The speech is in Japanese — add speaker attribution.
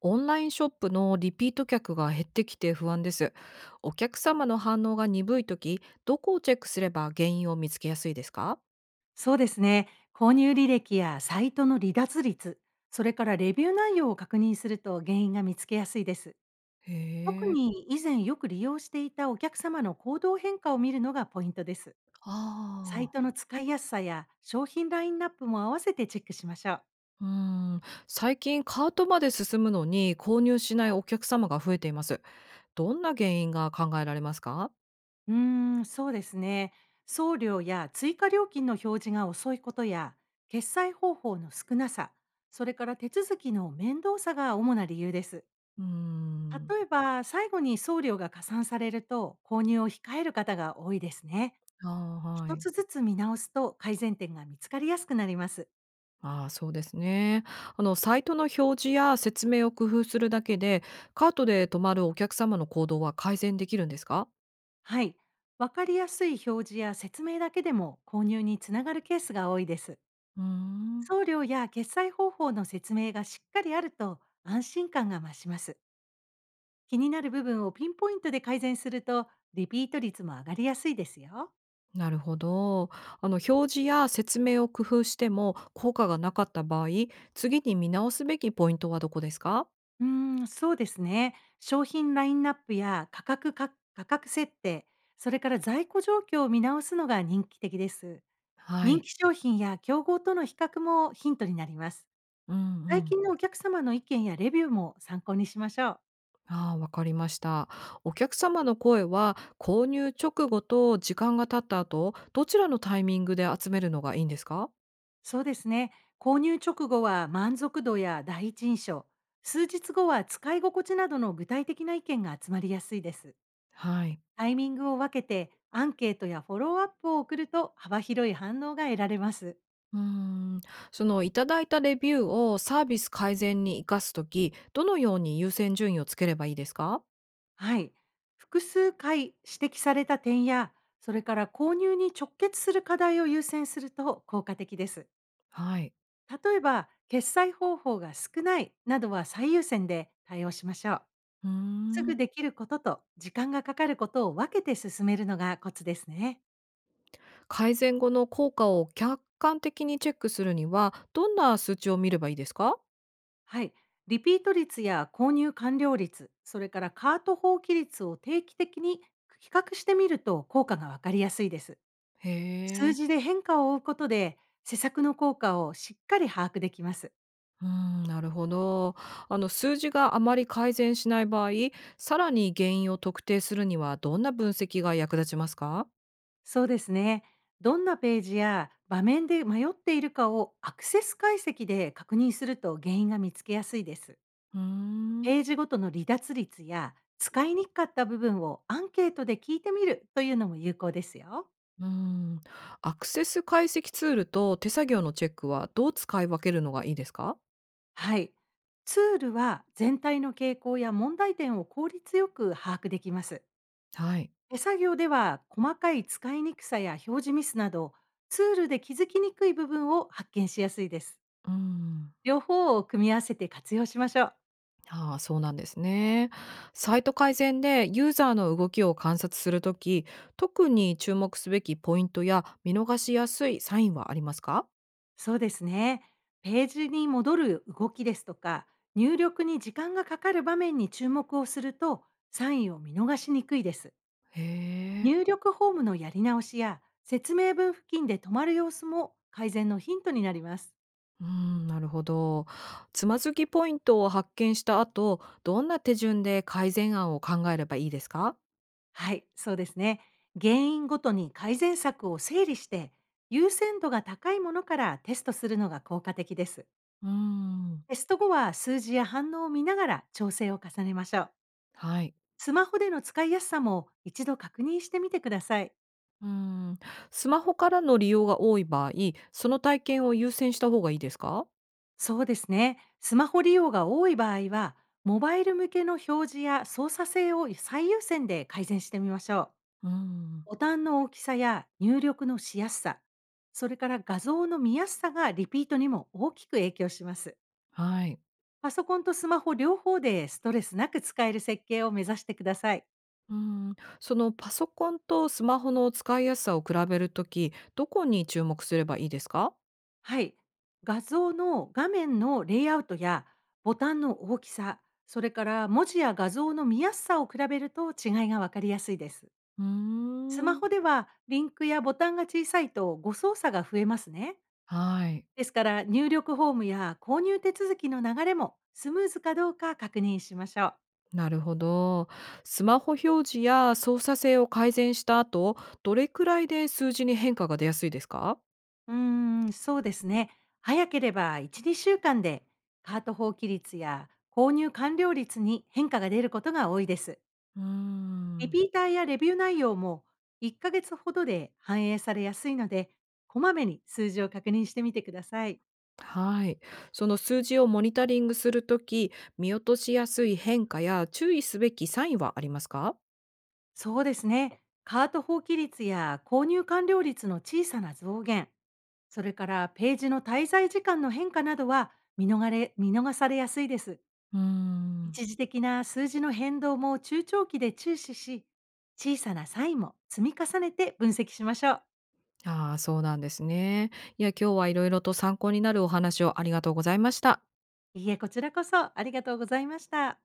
Speaker 1: オンラインショップのリピート客が減ってきて不安です。お客様の反応が鈍いとき、どこをチェックすれば原因を見つけやすいですか？
Speaker 2: そうですね。購入履歴やサイトの離脱率、それからレビュー内容を確認すると原因が見つけやすいです。
Speaker 1: へ
Speaker 2: 特
Speaker 1: え。
Speaker 2: に以前よく利用していたお客様の行動変化を見るのがポイントです。サイ
Speaker 1: あ
Speaker 2: ト
Speaker 1: あ。
Speaker 2: の使いやすさや商品ラインナップも合わせてチェックしましょう。
Speaker 1: うん。最近カートまで進むのに購入しないお客様が増えています。どんな原因が考えられますか？
Speaker 2: うーん、そうですね。送料や追加料金の表示が遅いことや、決済方法の少なさ、それから手続きの面倒さが主な理由です。
Speaker 1: うーん。
Speaker 2: 例えば、最後に送料が加算されると、購入を控える方が多いですね。
Speaker 1: ああ、は
Speaker 2: 一
Speaker 1: い。
Speaker 2: つずつ見直すと改善点が見つかりやすくなります。
Speaker 1: ああ、そうですね。サイトの表示や説明を工夫するだけで、カートで止まるお客様の行動は改善できるんですか？
Speaker 2: はい。わかりやすい表示や説明だけでも購入につながるケースが多いです。
Speaker 1: うーん、
Speaker 2: 送料や決済方法の説明がしっかりあると安心感が増します。気になる部分をピンポイントで改善すると、リピート率も上がりやすいですよ。
Speaker 1: なるほど。表示や説明を工夫しても効果がなかった場合、次に見直すべきポイントはどこですか？
Speaker 2: うーん、そうですね。商品ラインナップや価格設定、それから在庫状況を見直すのが人気的です。
Speaker 1: は
Speaker 2: 人
Speaker 1: い。
Speaker 2: 気商品や競合との比較もヒントになります。
Speaker 1: うんう
Speaker 2: 最
Speaker 1: ん。
Speaker 2: 近のお客様の意見やレビューも参考にしましょう。
Speaker 1: ああ、わかりました。お客様の声は購入直後と時間が経った後、どちらのタイミングで集めるのがいいんですか？
Speaker 2: そうですね。購入直後は満足度や第一印象、数日後は使い心地などの具体的な意見が集まりやすいです。
Speaker 1: はい。
Speaker 2: タイミングを分けてアンケートやフォローアップを送ると幅広い反応が得られます。
Speaker 1: うーん、そのいただいたレビューをサービス改善に生かすとき、どのように優先順位をつければいいですか？
Speaker 2: はい。複数回指摘された点や、それから購入に直結する課題を優先すると効果的です。
Speaker 1: はい。
Speaker 2: 例えば、決済方法が少ないなどは最優先で対応しましょう。
Speaker 1: うー
Speaker 2: すぐ
Speaker 1: ん。
Speaker 2: できることと時間がかかることを分けて進めるのがコツですね。
Speaker 1: 改善後の効果を客観的にチェックするにはどんな数値を見ればいいですか？
Speaker 2: はい。リピート率や購入完了率、それからカート放棄率を定期的に比較してみると効果がわかりやすいです。
Speaker 1: へ
Speaker 2: 数
Speaker 1: え。
Speaker 2: 字で変化を追うことで、施策の効果をしっかり把握できます。
Speaker 1: うん、なるほど。あの数字があまり改善しない場合、さらに原因を特定するにはどんな分析が役立ちますか？
Speaker 2: そうですね。どんなページや場面で迷っているかをアクセス解析で確認すると原因が見つけやすいです。
Speaker 1: うーん。
Speaker 2: ページごとの離脱率や使いにくかった部分をアンケートで聞いてみるというのも有効ですよ。
Speaker 1: うん。アクセス解析ツールと手作業のチェックはどう使い分けるのがいいですか？
Speaker 2: はい。ツールは全体の傾向や問題点を効率よく把握できます。
Speaker 1: はい。
Speaker 2: 手作業では細かい使いにくさや表示ミスなどツールで気づきにくい部分を発見しやすいです。
Speaker 1: うん。
Speaker 2: 両方を組み合わせて活用しましょう。
Speaker 1: ああ、そうなんですね。サイト改善でユーザーの動きを観察するとき、特に注目すべきポイントや見逃しやすいサインはありますか？
Speaker 2: そうですね。ページに戻る動きですとか入力に時間がかかる場面に注目をするとサインを見逃しにくいです。
Speaker 1: へえ。
Speaker 2: 入力フォームのやり直しや説明文付近で止まる様子も改善のヒントになります。
Speaker 1: うん、なるほど。つまずきポイントを発見した後、どんな手順で改善案を考えればいいですか？
Speaker 2: はい、そうですね。原因ごとに改善策を整理して、優先度が高いものからテストするのが効果的です。
Speaker 1: うん、
Speaker 2: テスト後は数字や反応を見ながら調整を重ねましょう。
Speaker 1: はい。
Speaker 2: スマホでの使いやすさも一度確認してみてください。
Speaker 1: うん、スマホからの利用が多い場合、その体験を優先した方がいいですか？
Speaker 2: そうですね。スマホ利用が多い場合は、モバイル向けの表示や操作性を最優先で改善してみましょ
Speaker 1: うん、
Speaker 2: う。ボタンの大きさや入力のしやすさ、それから画像の見やすさがリピートにも大きく影響します。
Speaker 1: はい。
Speaker 2: パソコンとスマホ両方でストレスなく使える設計を目指してください。
Speaker 1: うん、そのパソコンとスマホの使いやすさを比べるとき、どこに注目すればいいですか？
Speaker 2: はい。画像の画面のレイアウトやボタンの大きさ、それから文字や画像の見やすさを比べると違いがわかりやすいです。
Speaker 1: うー
Speaker 2: スマ
Speaker 1: ん、
Speaker 2: ホではリンクやボタンが小さいと誤操作が増えますね。
Speaker 1: はい、
Speaker 2: ですから入力フォームや購入手続きの流れもスムーズかどうか確認しましょう。
Speaker 1: なるほど。スマホ表示や操作性を改善した後、どれくらいで数字に変化が出やすいですか？
Speaker 2: うーん、そうですね。早ければ1、2週間でカート放棄率や購入完了率に変化が出ることが多いです。
Speaker 1: うー
Speaker 2: リ
Speaker 1: ん、
Speaker 2: ピーターやレビュー内容も1ヶ月ほどで反映されやすいので、こまめに数字を確認してみてください。
Speaker 1: はい。その数字をモニタリングするとき、見落としやすい変化や注意すべきサインはありますか？
Speaker 2: そうですね。カート放棄率や購入完了率の小さな増減、それからページの滞在時間の変化などは見逃されやすいです。
Speaker 1: うーん。
Speaker 2: 一時的な数字の変動も中長期で注視し、小さな差異も積み重ねて分析しましょう。
Speaker 1: ああ、そうなんですね。いや、今日は色々と参考になるお話をありがとうございました。
Speaker 2: いいえ、こちらこそありがとうございました。